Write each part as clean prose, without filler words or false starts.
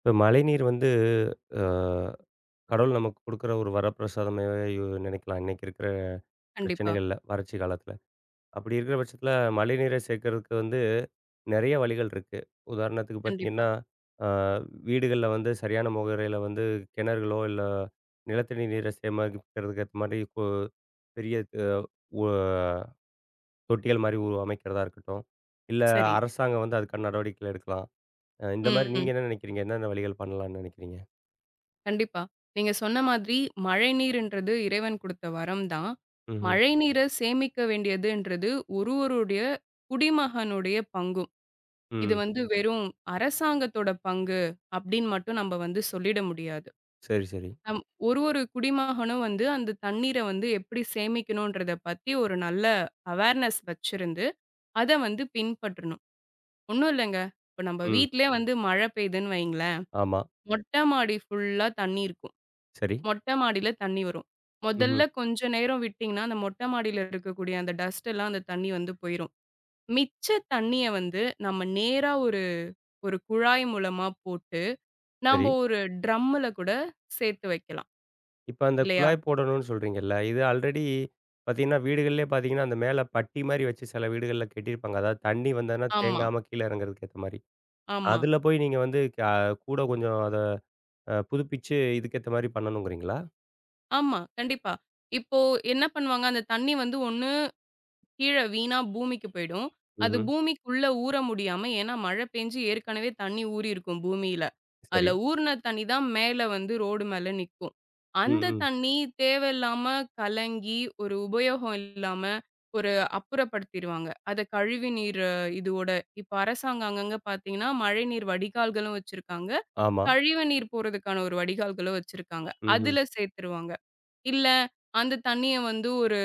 இப்ப மழைநீர் வந்து, அ கடவுள் நமக்கு குடுக்குற ஒரு வரப்பிரசாதமாவே யோ நினைக்கலாம். இன்னைக்கு இருக்கிற கண்டிப்பா, பிரச்சனைகள்ல, வறட்சி காலத்துல. அப்படி இருக்கிற பட்சத்துல மழைநீரை சேர்க்கறதுக்கு வந்து நெறைய வழிகள் இருக்கு. உதாரணத்துக்கு கண்டிப்பா. பார்த்தீங்கன்னா, அ வீடுகள்ல வந்து சரியான முகரையில வந்து கிணறுகளோ, இல்ல நிலத்தடி நீரை சேமிக்கிறதுக்கு ஏத்த மாரி பெரிய அ ஒ தொட்டிகள் மாரி அமைக்கிறதா இருக்கட்டும். இல்ல சரி. அரசாங்கம் வந்து அதுக்கான நடவடிக்கைகள் எடுக்கலாம். இந்த மாரி ம். ம். நீங்க என்ன நினைக்கிறீங்க? என்னென்ன வழிகள் பண்ணலாம்னு நினைக்கிறீங்க? கண்டிப்பா. நீங்க சொன்ன மாதிரி மழைநீர்ன்றது இறைவன் குடுத்த வரம் தான். ம்ஹ்ம். மழைநீர சேமிக்க வேண்டியதுன்றது ஒருடைய குடிமகனுடைய பங்கும். இது ம். வந்து வெறும் அரசாங்கத்தோட பங்கு அப்படின்னு மட்டும் நம்ம வந்து சொல்லிட முடியாது. சரி, சரி. நம் ஒரு ஒரு குடிமகனும் வந்து அந்த தண்ணீர வந்து எப்படி சேமிக்கணுன்றத பத்தி ஒரு நல்ல அவேர்னஸ் வச்சிருந்து, அத வந்து பின்பற்றணும். ஒண்ணும் இல்லங்க. இப்ப நம்ம ம். வீட்லயே வந்து மழை பெய்யுதுன்னு வைங்களேன். ஆமா. மொட்டை மாடி ஃபுல்லா தண்ணி இருக்கும். சரி. மொட்டை மாடியில தண்ணி வரும். ம்ஹ்ம். முதல்ல கொஞ்ச நேரம் விட்டீங்கன்னா, அந்த மொட்டை மாடியில இருக்கக்கூடிய அந்த டஸ்ட் எல்லாம் அந்த தண்ணி வந்து போயிரும். மிச்ச தண்ணிய வந்து நம்ம நேரா ஒரு ஒரு குழாய் மூலமா போட்டு, நாம்ப சரி. ஒரு ட்ரம்ல கூட சேர்த்து வைக்கலாம். இப்ப அந்த இல்லையா? குழாய் போடணும்னு சொல்றீங்கல்ல, இது ஆல்ரெடி பார்த்தீங்கன்னா, வீடுகள்லயே பார்த்தீங்கன்னா, அந்த மேல பட்டி மாரி வச்சு சில வீடுகள்ல கட்டியிருப்பாங்க. அதாவது தண்ணி வந்ததுன்னா ஆமா, தேங்காம கீழ இறங்குறதுக்கு ஏத்த மாரி. ஆமா, அதுல போய் நீங்க வந்து கூட கொஞ்சம் அத புதுப்பிச்சு இதுக்கேத்த மாரி பண்ணணுங்கிறீங்களா? ஆமா. கண்டிப்பா. இப்போ என்ன பண்ணுவாங்க, அந்த தண்ணி வந்து ஒண்ணு கீழ வீணா பூமிக்கு போயிடும். அது ம்ஹ்ம். பூமிக்குள்ள ஊற முடியாம ஏன்னா மழை பெஞ்சு ஏற்கனவே தண்ணி ஊறியிருக்கும் பூமியில. சரி. அதுல ஊறுன தண்ணி தான் மேல வந்து ரோடு மேல நிக்கும். ம், அந்த ம். தண்ணி தேவையில்லாம கலங்கி, ஒரு உபயோகம் இல்லாம ஒரு அப்புறப்படுத்திருவாங்க. அத கழிவு நீர் இதுவோட இப்ப அரசாங்கம் அங்கங்க பார்த்தீங்கன்னா, மழைநீர் வடிகால்களும் வச்சிருக்காங்க. ஆமா. கழிவு நீர் போறதுக்கான ஒரு வடிகால்களும் வச்சிருக்காங்க. ம்ஹ்ம். அதுல சேர்த்துருவாங்க. இல்ல அந்த தண்ணிய வந்து ஒரு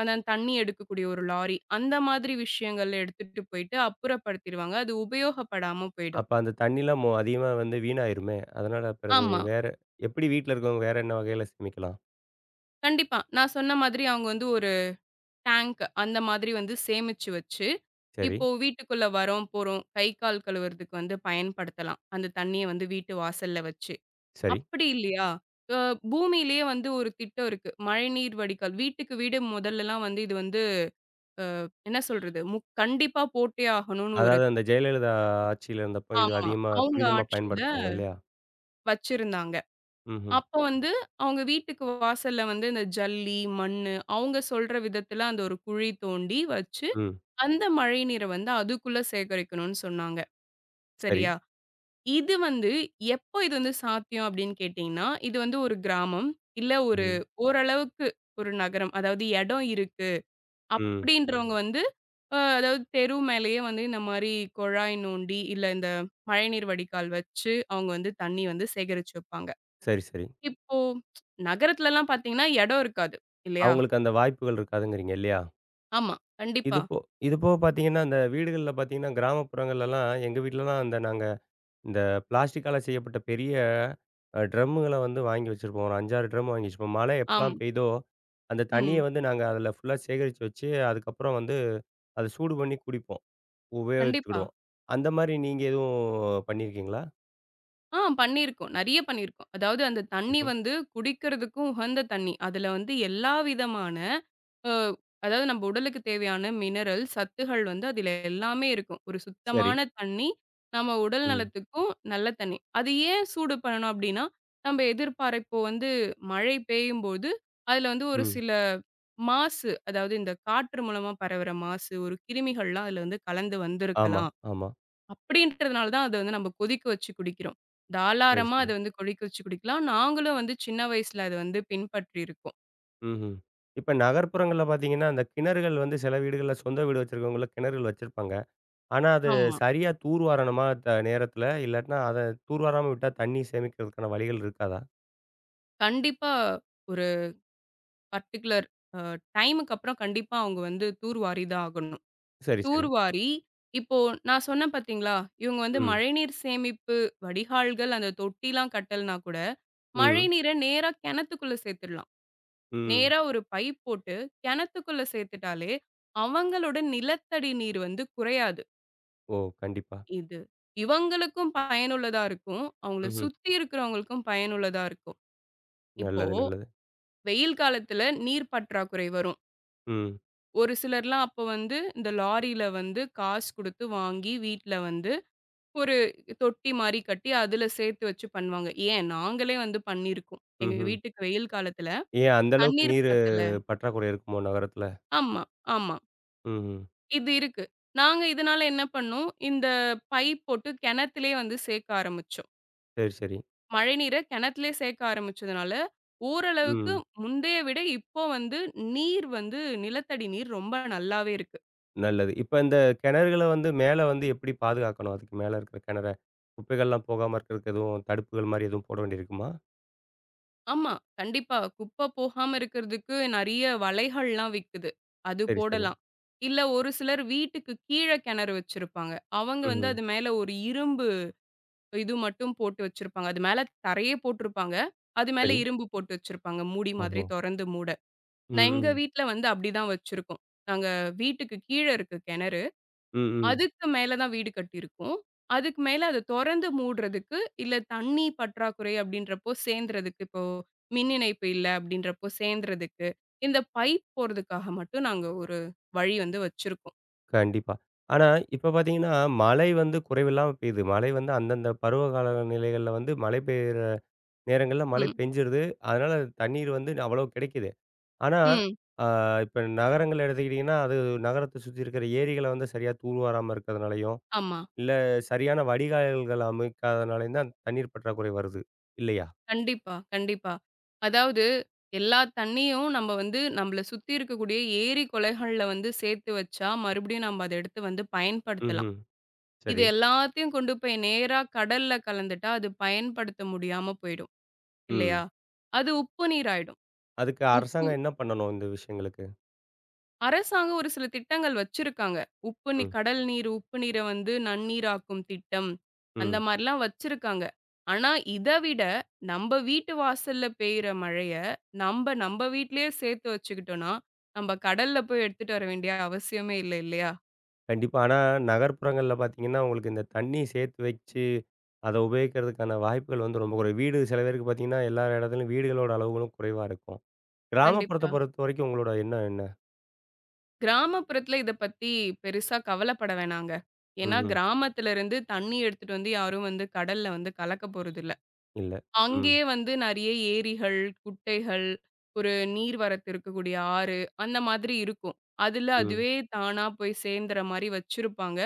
அந்த தண்ணி எடுக்கக்கூடிய ஒரு லாரி. அந்த மாதிரி விஷயங்கள்ல எடுத்துட்டு போயிட்டு அப்புறப்படுத்திருவாங்க. அது உபயோகப்படாம போயிடும். அப்ப அந்த தண்ணிலாம் அதிகமா வந்து வீணாயிருமே! அதனால பிறகு ஆமா. வேற எப்படி வீட்ல இருக்கவங்க வேற என்ன வகையில சேமிக்கலாம்? கண்டிப்பா. நான் சொன்ன மாதிரி அவங்க வந்து ஒரு டேங்க் அந்த மாதிரி வந்து சேமிச்சு வச்சு, சரி, இப்போ வீட்டுக்குள்ள வரோம், போறோம். கை, கால் கழுவுறதுக்கு வந்து பயன்படுத்தலாம். அந்த தண்ணீய வந்து வீட்டு வாசல்ல வச்சு. சரி. அப்படி இல்லையா, அ பூமியிலேயே வந்து ஒரு திட்டம் இருக்கு. மழைநீர் வடிகால். வீட்டுக்கு வீடு முதல்லலாம் வந்து இது வந்து என்ன சொல்றது? கண்டிப்பா போட்டே ஆகணும்னு ஒரு அதாவது அந்த ஜெயலலிதா ஆட்சியில இருந்தப்ப இது ஆமா. அதிகமா அவங்க துரிதமா ஆட்சியில பயன்படுத்துனாங்க இல்லையா? வச்சிருந்தாங்க. ம்ஹ்ம். அப்ப வந்து அவங்க வீட்டுக்கு வாசல்ல வந்து இந்த ஜல்லி, மண்ணு அவங்க சொல்ற விதத்துல அந்த ஒரு குழி தோண்டி வச்சு, ம். அந்த மழை நீர வந்து அதுக்குள்ள சேகரிக்கணும்னு சொன்னாங்க. சரி. சரியா? இது வந்து எப்போ இது வந்து சாத்தியம் அப்படின்னு கேட்டீங்கன்னா, இது வந்து ஒரு கிராமம், இல்ல ஒரு ம். ஓரளவுக்கு ஒரு நகரம். அதாவது இடம் இருக்கு ம். ம். அப்படின்றவங்க வந்து அதாவது தெரு மேலேயே வந்து இந்த மாரி குழாய் நோண்டி, இல்ல இந்த மழைநீர் வடிகால் வச்சு அவங்க வந்து தண்ணி வந்து சேகரிச்சு வைப்பாங்க. சரி, சரி. இப்போ நகரத்துலலாம் பார்த்தீங்கன்னா, இடம் இருக்காது. இல்லையா? அவங்களுக்கு அந்த வாய்ப்புகள் இருக்காதுங்கிறீங்க இல்லையா? ஆமா. இது கண்டிப்பா. போ இது போக பார்த்தீங்கன்னா, அந்த வீடுகள்ல பார்த்தீங்கன்னா, கிராமப்புறங்கள்லலாம் எங்க வீட்லலாம் அந்த நாங்க இந்த பிளாஸ்டிக்கால செய்யப்பட்ட பெரிய ட்ரம்முகள வந்து வாங்கி வச்சிருப்போம். ஒரு 5, 6 ட்ரம் வாங்கி வச்சிருப்போம். மழை ஆம். எப்பலாம் பெய்தோ, அந்த தண்ணிய ம். வந்து நாங்க அதில ஃபுல்லா சேகரிச்சு வச்சு, அதுக்கப்புறம் வந்து அத சூடு பண்ணி குடிப்போம். கண்டிப்பா. உபயோகிச்சுக்கிடுவோம். அந்த மாரி நீங்க எதுவும் பண்ணியிருக்கீங்களா? பண்ணியிருக்கோம். நெறைய பண்ணியிருக்கோம். அதாவது அந்த தண்ணி ம்ஹ்ம். வந்து குடிக்கிறதுக்கும் உகந்த தண்ணி. அதுல வந்து எல்லா விதமான அ அதாவது நம்ம உடலுக்கு தேவையான மினரல், சத்துகள் வந்து அதில எல்லாமே இருக்கும். ஒரு சரி. சுத்தமான தண்ணி, நம்ம உடல் ம். நலத்துக்கும் நல்ல தண்ணி. அது ஏன் சூடு பண்ணணும் அப்டின்னா, நம்ம எதிர்பார இப்போ வந்து மழை பெய்யும்போது, அதில வந்து ஒரு ம். சில மாசு, அதாவது இந்த காற்று மூலமா பரவுற மாசு, ஒரு கிருமிகள்லாம் அதில வந்து கலந்து ஆமா, வந்திருக்கலாம். ஆமா. அப்டின்றதுனால தான் அத வந்து நம்ம கொதிக்க வச்சு குடிக்கிறோம். சரி, தாராளமா சரி. அத வந்து கொதிக்க வச்சு குடிக்கலாம். நாங்களும் வந்து சின்ன வயசுல அத வந்து பின்பற்றியிருக்கோம். ம்ஹ்ம். இப்ப நகர்ப்புறங்கள்ல பார்த்தீங்கன்னா, அந்த கிணறுகள் வந்து சில வீடுகள்ல சொந்த வீடு வச்சிருக்கவங்கலாம் கிணறுகள் வச்சிருப்பாங்க. ஆனா, அது ஆமா. சரியா தூர்வாரணுமா நேரத்துல? இல்லாட்டினா அத தூர்வாராம விட்டா தண்ணி சேமிக்கிறதுக்கான வழிகள் இருக்காதா? கண்டிப்பா. ஒரு பர்ட்டிகுலர் அ டைமுக்கு அப்புறம் கண்டிப்பா அவங்க வந்து தூர்வாரி தான் ஆகணும். சரி, சரி. தூர்வாரி இப்போ நான் சொன்னேன் பார்த்தீங்களா? இவங்க வந்து ம். மழைநீர் சேமிப்பு வடிகால்கள், அந்த தொட்டிலாம் கட்டலனா கூட, ம். மழைநீர நேரா கிணத்துக்குள்ள சேர்த்துடலாம். ம். நேரா ஒரு பைப் போட்டு கிணத்துக்குள்ள சேர்த்துட்டாலே, அவங்களோட நிலத்தடி நீர் வந்து குறையாது. ஓ! கண்டிப்பா. இது இவங்களுக்கும் பயனுள்ளதா இருக்கும். அவங்கள ம்ஹ்ம். சுத்தி இருக்கிறவங்களுக்கும் பயனுள்ளதா இருக்கும். இப்போ நல்லது, நல்லது. வெயில் காலத்துல நீர் பற்றாக்குறை வரும். ம். ஒரு சிலர்லாம் அப்ப வந்து இந்த லாரியில வந்து காசு குடுத்து வாங்கி வீட்ல வந்து ஒரு தொட்டி மாரி கட்டி, அதுல சேர்த்து வச்சு பண்ணுவாங்க. ஏன் நாங்களே வந்து பண்ணியிருக்கோம். எங்க ம்ஹ்ம். வீட்டுக்கு வெயில் காலத்துல ஏன் அந்த அளவுக்கு தண்ணீர் நீரு பத்தல. பற்றாக்குறை இருக்குமோ நகரத்துல? ஆமா, ஆமா. ம்ஹ்ம். இது இருக்கு. நாங்க இதனால என்ன பண்ணோம், இந்த பைப் போட்டு கிணத்துலயே வந்து சேர்க்க ஆரம்பிச்சோம். சரி, சரி. மழைநீர கிணத்துலயே சேர்க்க ஆரம்பிச்சதுனால, ஓரளவுக்கு ம். முந்தைய விட இப்போ வந்து நீர் வந்து நிலத்தடி நீர் ரொம்ப நல்லாவே இருக்கு. நல்லது. இப்ப இந்த கிணறுகள வந்து மேல வந்து எப்படி பாதுகாக்கணும்? அதுக்கு மேல இருக்கிற கிணற, குப்பைகள்லாம் போகாம இருக்கிறதுக்கு எதுவும் தடுப்புகள் மாரி எதுவும் போட வேண்டியிருக்குமா? ஆமா. கண்டிப்பா. குப்ப போகாம இருக்கிறதுக்கு நெறைய வலைகள்லாம் விக்குது. அது சரி, சரி. போடலாம். இல்ல ஒரு சிலர் வீட்டுக்கு கீழ கிணறு வச்சிருப்பாங்க. அவங்க வந்து ம். அது மேல ஒரு இரும்பு இது மட்டும் போட்டு வச்சிருப்பாங்க. அது மேல தரையே போட்டிருப்பாங்க. அது மேல சரி. இரும்பு போட்டு வச்சிருப்பாங்க. மூடி மாதிரி ஓஹோ! தொறந்து மூட. ம், நான் எங்க ம். வீட்ல வந்து அப்படிதான் வச்சிருக்கோம். நாங்க வீட்டுக்கு கீழ இருக்கு கிணறு. ம், ம். அதுக்கு மேல தான் வீடு கட்டியிருக்கும். அதுக்கு மேல அத தொறந்து மூடுறதுக்கு, இல்ல தண்ணி பற்றாக்குறை அப்படின்றப்போ சேந்துறதுக்கு, இப்போ மின் இணைப்பு இல்ல அப்படின்றப்போ சேந்துறதுக்கு, இந்த பைப் போறதுக்காக மட்டும் நாங்க ஒரு வழி வந்து வச்சிருக்கோம். கண்டிப்பா. ஆனா, இப்ப பார்த்தீங்கன்னா, மழை வந்து குறைவில்லாம பெய்யுது. மழை வந்து அந்தந்த பருவகால நிலைகள்ல வந்து மழை பெய்யிற நேரங்கள்ல மழை ம், பெஞ்சிருது. அதனால தண்ணீர் வந்து அவ்வளவு கிடைக்குது. ஆனா, ம். ஆ இப்ப நகரங்கள எடுத்துக்கிட்டிங்கன்னா, அது நகரத்த சுத்தி இருக்கிற ஏரிகள வந்து சரியா தூர்வாராம இருக்கிறதுனாலயும் ஆமா. இல்ல சரியான வடிகால்கள் அமைக்காதனாலயும் தான் தண்ணீர் பற்றாக்குறை வருது. இல்லையா? கண்டிப்பா, கண்டிப்பா. அதாவது எல்லா தண்ணியும் நம்ம வந்து நம்மள சுத்தி இருக்கக்கூடிய ஏரி, கொளைகள்ல வந்து சேர்த்து வச்சா, மறுபடியும் நம்ம அத எடுத்து வந்து பயன்படுத்தலாம். ம்ஹ்ம். இது சரி. எல்லாத்தையும் கொண்டு போய் நேரா கடல்ல கலந்துட்டா, அது பயன்படுத்த முடியாம போயிடும். ம். இல்லையா? அது உப்பு நீர் ஆயிடும். அதுக்கு உப்பு அரசாங்கம் என்ன பண்ணணும் இந்த விஷயங்களுக்கு? அரசாங்கம் ஒரு சில திட்டங்கள் வச்சிருக்காங்க. உப்பு ம். கடல் நீர், உப்பு நீர வந்து நன்னீராக்கும் திட்டம். அந்த ம். மாரிலாம் வச்சிருக்காங்க. ஆனா, இத விட நம்ப வீட்டு வாசல்ல பெய்ற மழைய, நம்ப நம்ப வீட்லயே சேர்த்து வச்சுக்கிட்டோம்னா, நம்ப கடல்ல போய் எடுத்துட்டு வர வேண்டிய அவசியமே இல்ல இல்லையா? கண்டிப்பா. ஆனா நகர்ப்புறங்கள்ல பார்த்தீங்கன்னா, உங்களுக்கு இந்த தண்ணி சேர்த்து வச்சு, அத உபயோகிக்கிறதுக்கான வாய்ப்புகள் வந்து ரொம்ப குறைவு. வீடு சில பேருக்கு பார்த்தீங்கன்னா, எல்லா இடத்துலயும் வீடுகளோட அளவுகளும் குறைவா இருக்கும். கிராமப்புறத்த கண்டிப்பா. பொறுத்தவரைக்கும் உங்களோட எண்ணம் என்ன? கிராமப்புறத்துல இத பத்தி பெருசா கவலைப்பட வேணாங்க. ஏன்னா, ம்ஹ்ம். கிராமத்துல இருந்து தண்ணி எடுத்துட்டு வந்து யாரும் வந்து கடல்ல வந்து கலக்க போறதில்ல. இல்ல. ம். அங்கேயே வந்து நெறைய ஏரிகள், குட்டைகள், ஒரு நீர்வரத்து இருக்கக்கூடிய ஆறு, அந்த மாதிரி இருக்கும். அதுல ம். அதுவே தானா போய் சேர்ந்துற மாரி வச்சிருப்பாங்க.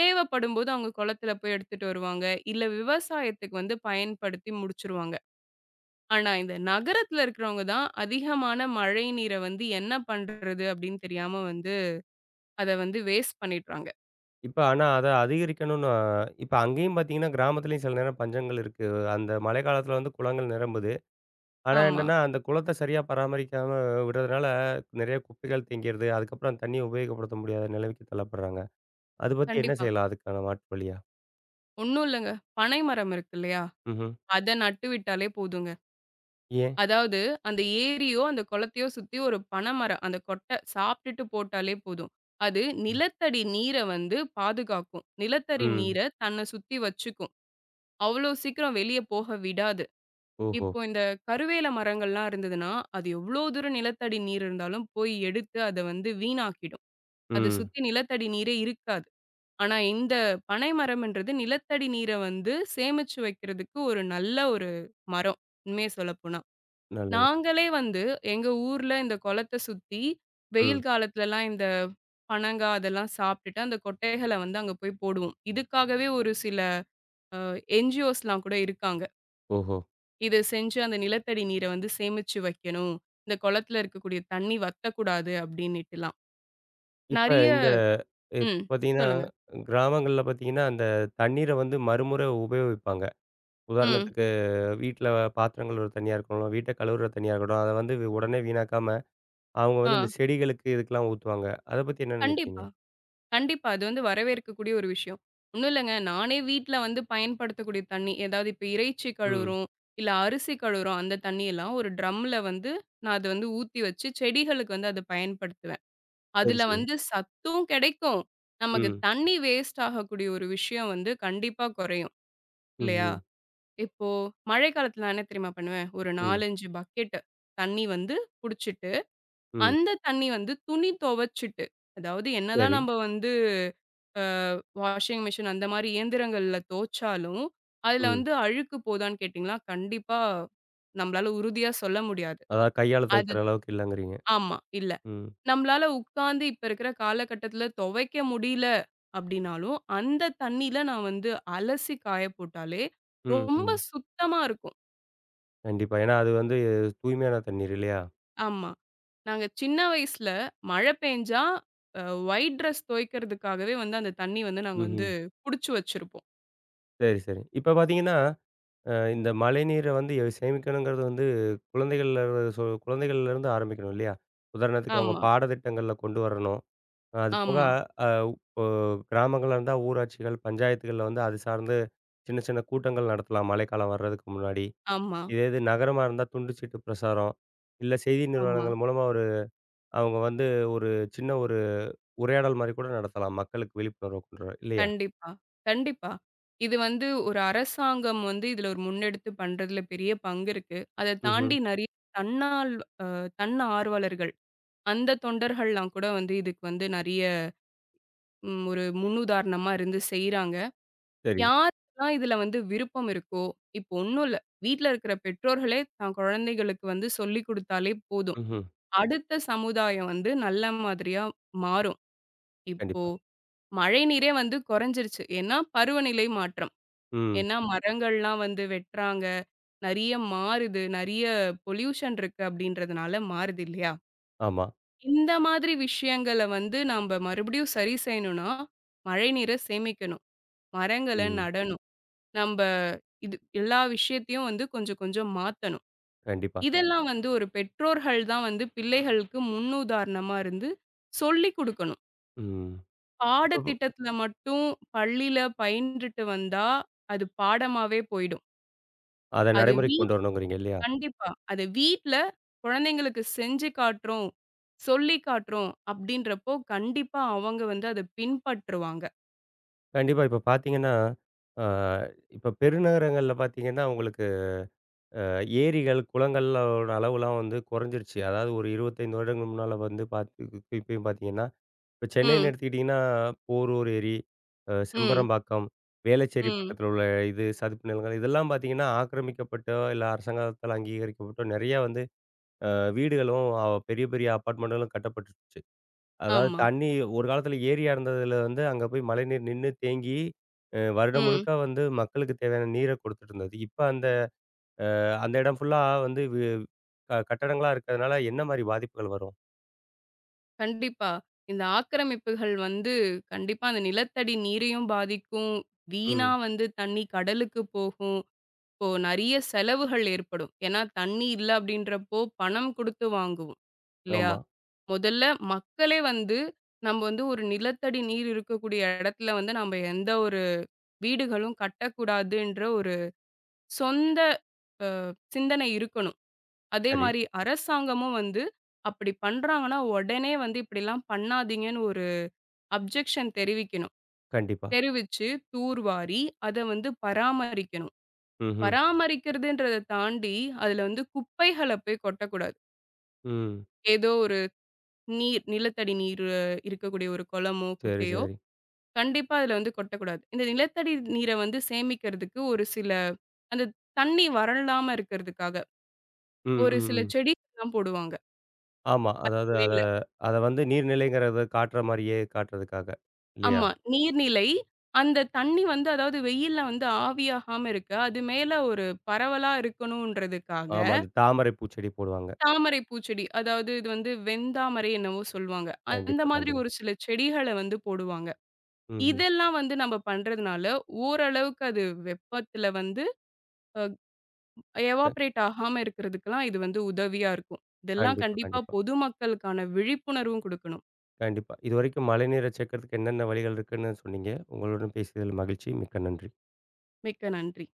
தேவைப்படும்போது அவங்க குளத்துல போய் எடுத்துட்டு வருவாங்க. இல்ல விவசாயத்துக்கு வந்து பயன்படுத்தி முடிச்சுருவாங்க. ஆனா இந்த நகரத்துல இருக்கிறவங்க தான் அதிகமான மழை நீரை வந்து என்ன பண்றது அப்படின்னு தெரியாம வந்து அத வந்து வேஸ்ட் பண்ணிடுறாங்க. இப்ப ஆனா அத அதிகரிக்கணும்னா, இப்ப அங்கேயும் பார்த்தீங்கன்னா, கிராமத்துலயும் சில நேரம் பஞ்சங்கள் இருக்கு. அந்த மழை காலத்துல வந்து குளங்கள் நிரம்புது. ஆனா ஆமா, என்னன்னா, அந்த குளத்த சரியா பராமரிக்காம விடுறதுனால, நெறைய குப்பைகள் தேங்கிருது. அதுக்கப்புறம் அந்த தண்ணிய உபயோகப்படுத்த முடியாத நிலைமைக்கு தள்ளப்படுறாங்க. அத பத்தி என்ன கண்டிப்பா. செய்யலாம்? அதுக்கான மாற்று வழியா? ஒண்ணும் இல்லங்க. பனை மரம் இருக்கு இல்லையா? ம்ஹ்ம். அத நட்டு விட்டாலே போதுங்க. ஏன்? அதாவது அந்த ஏரியோ, அந்த குளத்தையோ சுத்தி ஒரு பனைமரம். அந்த கொட்டை சாப்பிட்டுட்டு போட்டாலே போதும். அது ம். நிலத்தடி நீர வந்து பாதுகாக்கும். நிலத்தடி ம். நீர தன்னை சுத்தி வச்சுக்கும். அவ்வளோ சீக்கிரம் வெளிய போக விடாது. ஓஹோ! இப்போ இந்த கருவேல மரங்கள்லாம் இருந்ததுன்னா, அது எவ்வளோ தூரம் நிலத்தடி நீர் இருந்தாலும் போய் எடுத்து அத வந்து வீணாக்கிடும். அத ம். சுத்தி நிலத்தடி நீரே இருக்காது. ஆனா இந்த பனை மரம்ன்றது நிலத்தடி நீர வந்து சேமிச்சு வைக்கிறதுக்கு ஒரு நல்ல ஒரு மரம். உண்மைய சொல்லப்போனா. நல்லது. நாங்களே வந்து எங்க ஊர்ல இந்த குளத்த சுத்தி, ம். வெயில் காலத்துலலாம் இந்த பனங்காய் அதெல்லாம் சாப்பிட்டுட்டு, அந்த கொட்டைகள வந்து அங்க போய் போடுவோம். இதுக்காகவே ஒரு சில என்ஜிஓஸ்லாம் கூட இருக்காங்க. ஓஹோ! "இது செஞ்சு அந்த நிலத்தடி நீர வந்து சேமிச்சு வைக்கணும். இந்த குளத்துல இருக்கக்கூடிய தண்ணி வத்தக்கூடாது" அப்படின்னுட்டுலாம். இப்ப நெறைய இந்த ம். பார்த்தீங்கன்னா, சொல்லுங்க. கிராமங்கள்ல பார்த்தீங்கன்னா, அந்த தண்ணீர வந்து மறுமுறை உபயோகிப்பாங்க. ம். உதாரணத்துக்கு வீட்ல பாத்திரம் கழுவுறது தனியா இருக்கணும், வீட்ட கழுவுறது தனியா இருக்கட்டும். அத வந்து உடனே வீணாக்காம, அவங்க ஆ. வந்து இந்த செடிகளுக்கு இதுக்கெல்லாம் ஊத்துவாங்க. அத பத்தி என்ன நினைக்கிறீங்க? கண்டிப்பா. கண்டிப்பா. அது வந்து வரவேற்கக்கூடிய ஒரு விஷயம். ஒண்ணும் இல்லங்க. நானே வீட்ல வந்து பயன்படுத்தக்கூடிய தண்ணி, ஏதாவது இப்ப இறைச்சி ம். கழுவுறோம், இல்ல அரிசி கழுவுறோம், அந்த தண்ணியெல்லாம் ஒரு ட்ரம்ல வந்து நான் அத வந்து ஊத்தி வச்சு செடிகளுக்கு வந்து அத பயன்படுத்துவேன். சரி, அதுல சரி. வந்து சத்தும் கிடைக்கும். நமக்கு ம். தண்ணி வேஸ்ட் ஆகக்கூடிய ஒரு விஷயம் வந்து கண்டிப்பா குறையும். ம், இல்லையா? ம், இப்போ மழை காலத்துல நான் என்ன தெரியுமா பண்ணுவேன்? ஒரு ம், 4, 5 பக்கெட்டு தண்ணி வந்து புடிச்சிட்டு, ம். அந்த தண்ணி வந்து துணி துவச்சிட்டு, அதாவது என்னதான் சரி. நம்ம வந்து வாஷிங் மிஷின் அந்த மாரி இயந்திரங்கள்ல தோச்சாலும், அதுல ம். வந்து அழுக்கு போதான்னு கேட்டீங்கன்னா, கண்டிப்பா நம்மளால உறுதியா சொல்ல முடியாது. அதாவது கையால அது துவைக்கிற அளவுக்கு இல்லங்கிறீங்க. ஆமா, இல்ல. ம். நம்மளால உட்கார்ந்து இப்ப இருக்கிற காலகட்டத்துல துவைக்க முடியல அப்படின்னாலும், அந்த தண்ணீல நான் வந்து அலசி காய போட்டாலே ம், ரொம்ப ம். சுத்தமா இருக்கும். கண்டிப்பா. ஏன்னா அது வந்து தூய்மையான தண்ணீர் இல்லையா? ஆமா. நாங்க சின்ன வயசுல மழை பெஞ்சா அ ஒயிட் ட்ரெஸ் துவைக்கிறதுக்காகவே வந்து அந்த தண்ணி வந்து நாங்க வந்து ம்ஹ்ம். புடிச்சு வச்சிருப்போம். சரி, சரி. இப்ப பாத்தீங்கன்னா, இந்த மழைநீர வந்து சேமிக்கணுங்கிறது வந்து குழந்தைகள்ல இருந்து குழந்தைகள்லேருந்து ஆரம்பிக்கணும் இல்லையா? உதாரணத்துக்கு அவங்க ஆமா, பாடத்திட்டங்கள்ல கொண்டு வரணும். அது போக, ஆமா, அ இப்போ கிராமங்களா இருந்தா ஊராட்சிகள், பஞ்சாயத்துகள்ல வந்து அது சார்ந்து சின்ன சின்ன கூட்டங்கள் நடத்தலாம், மழைக்காலம் வர்றதுக்கு முன்னாடி. ஆமா, இதே இது நகரமா இருந்தா துண்டு சீட்டு பிரசாரம், இல்ல செய்தி ஆமா. நிறுவனங்கள் மூலமா ஒரு அவங்க வந்து ஒரு சின்ன ஒரு உரையாடல் மாரி கூட நடத்தலாம். மக்களுக்கு விழிப்புணர்வ கொண்டு வர இல்லையா? கண்டிப்பா, கண்டிப்பா. இது வந்து ஒரு அரசாங்கம் வந்து இதுல ஒரு முன்னெடுத்து பண்றதுல பெரிய பங்கு இருக்கு. அத ம்ஹ்ம். தாண்டி நெறைய தன்னால் அ தன்னார்வலர்கள், அந்த தொண்டர்கள்லாம் கூட வந்து இதுக்கு வந்து நெறைய ஒரு முன்னுதாரணமா இருந்து செய்றாங்க. சரி. யாருக்கெல்லாம் இதுல வந்து விருப்பம் இருக்கோ, இப்போ ஒண்ணும் இல்ல. வீட்ல இருக்கிற பெற்றோர்களே தன் குழந்தைகளுக்கு வந்து சொல்லிக் குடுத்தாலே போதும். ம்ஹ்ம். அடுத்த சமுதாயம் வந்து நல்ல மாதிரியா மாறும். இப்போ கண்டிப்பா. மழைநீரே வந்து குறைஞ்சிருச்சு. ஏன்னா பருவநிலை மாற்றம். ம். ஏன்னா, மரங்கள்லாம் வந்து வெட்டுறாங்க. நெறைய மாறுது. நெறைய பொல்யூஷன் இருக்கு அப்படின்றதுனால மாறுது இல்லையா? ஆமா. இந்த மாதிரி விஷயங்கள வந்து நம்ப மறுபடியும் சரி செய்யணும்னா, மழைநீர சேமிக்கணும். மரங்கள ம். நடணும். நம்ப இது எல்லா விஷயத்தையும் வந்து கொஞ்சம் கொஞ்சம் மாத்தணும். கண்டிப்பா. இதெல்லாம் வந்து ஒரு பெற்றோர்கள் தான் வந்து பிள்ளைகளுக்கு முன்னுதாரணமா இருந்து சொல்லிக் குடுக்கணும். ம். இப்ப பாடத்திட்டத்துல மட்டும் பள்ளியில பயின்றுட்டு வந்தா, அது பாடமாவே போயிடும். அத அது வீ நடைமுறைக்கு கொண்டு வரணுங்கிறீங்க இல்லையா? கண்டிப்பா. அத வீட்ல குழந்தைங்களுக்கு செஞ்சு காட்டுறோம், சொல்லி காட்டுறோம் அப்படின்றப்போ, கண்டிப்பா அவங்க வந்து அத பின்பற்றுவாங்க. கண்டிப்பா. இப்ப பார்த்தீங்கன்னா, அ இப்ப பெருநகரங்கள்ல பார்த்தீங்கன்னா, உங்களுக்கு ஏரிகள், குளங்களோட அளவுலாம் வந்து குறைஞ்சிருச்சு. அதாவது ஒரு 25 வருடங்கள் முன்னால வந்து பாத்து இப்பயும் பாத்தீங்கன்னா, இப்ப சென்னைன்னு ம், எடுத்துக்கிட்டீங்கன்னா, போரூர் ஏரி, ம், செம்பரம்பாக்கம், வேளச்சேரி ம். பக்கத்துல உள்ள இது சதுப்பு நிலங்கள் இதெல்லாம் பாத்தீங்கன்னா, ஆக்கிரமிக்கப்பட்டோ, இல்ல அரசாங்கத்தால் அங்கீகரிக்கப்பட்டோ நெறையா வந்து வீடுகளும், பெரிய பெரிய அபார்ட்மெண்டுகளும் கட்டப்பட்டுருச்சு. அதாவது ஆமா. தண்ணி ஒரு காலத்துல ஏரியா இருந்ததுல வந்து அங்க போய் மழைநீர் நின்னு தேங்கி, வருடம் ம். முழுக்க வந்து மக்களுக்கு தேவையான நீர குடுத்துட்டு இருந்தது. இப்ப அந்த அந்த இடம் ஃபுல்லா வந்து கட்டடங்களா இருக்கிறதுனால என்ன மாரி பாதிப்புகள் வரும்? கண்டிப்பா. இந்த ஆக்கிரமிப்புகள் வந்து கண்டிப்பா அந்த நிலத்தடி நீரையும் பாதிக்கும். வீணா ம். வந்து தண்ணி கடலுக்கு போகும். இப்போ நெறைய செலவுகள் ஏற்படும். ஏன்னா தண்ணி இல்ல அப்படின்றப்போ பணம் குடுத்து வாங்குவோம். இல்லையா? ஆமா. முதல்ல மக்களே வந்து நம்ம வந்து ஒரு நிலத்தடி நீர் இருக்கக்கூடிய இடத்துல வந்து நம்ம எந்த ஒரு வீடுகளும் கட்டக்கூடாதுன்ற ஒரு சொந்த சிந்தனை இருக்கணும். அதே சரி. மாரி அரசாங்கமும் வந்து அப்படி பண்றாங்கன்னா, உடனே வந்து இப்படிலாம் பண்ணாதீங்கன்னு ஒரு அப்ஜெக்ஷன் தெரிவிக்கணும். கண்டிப்பா. தெரிவிச்சு தூர்வாரி அத வந்து பராமரிக்கணும். ம்ஹ்ம். பராமரிக்கிறதுன்றத தாண்டி, அதுல வந்து குப்பைகள போய் கொட்டக்கூடாது. ம். ஏதோ ஒரு நிலத்தடி நீர் இருக்கக்கூடிய ஒரு குளமோ, சரி, குட்டையோ சரி. கண்டிப்பா அதுல வந்து கொட்டக்கூடாது. இந்த நிலத்தடி நீர வந்து சேமிக்கிறதுக்கு ஒரு சில அந்த தண்ணி வறளாம இருக்கிறதுக்காக, ம், ஒரு சில ம், ம். செடிகள்லாம் போடுவாங்க ஆமா. அதாவது அத மேல. அத வந்து நீர்நிலைங்கிறத காட்டுற மாரியே காட்டுறதுக்காக. இல்லையா? ஆமா. நீர்நிலை அந்த தண்ணி வந்து அதாவது வெயில்ல வந்து ஆவியாகாம இருக்க, அது மேல ஒரு பரவலா இருக்கணுன்றதுக்காக ஆமா. அந்த தாமரை பூச்செடி போடுவாங்க. தாமரை பூச்செடி. அதாவது இது வந்து வெந்தாமரை என்னவோ சொல்லுவாங்க. அந்த கண்டிப்பா, மாதிரி கண்டிப்பா. ஒரு சில செடிகள வந்து போடுவாங்க. ம்ஹ்ம். இதெல்லாம் வந்து நம்ம பண்றதுனால, ஓரளவுக்கு அது வெப்பத்துல வந்து அ எவாப்ரேட் ஆகாம இருக்கிறதுக்கெல்லாம் இது வந்து உதவியா இருக்கும். இதெல்லாம் கண்டிப்பா, கண்டிப்பா கண்டிப்பா. பொதுமக்களுக்கான விழிப்புணர்வும் குடுக்கணும். கண்டிப்பா. இதுவரைக்கும் மழைநீர சேகரிக்கிறதுக்கு என்னென்ன வழிகள் இருக்குன்னு சொன்னீங்க. உங்களுடன் பேசியதில் மகிழ்ச்சி. மிக்க நன்றி. மிக்க நன்றி.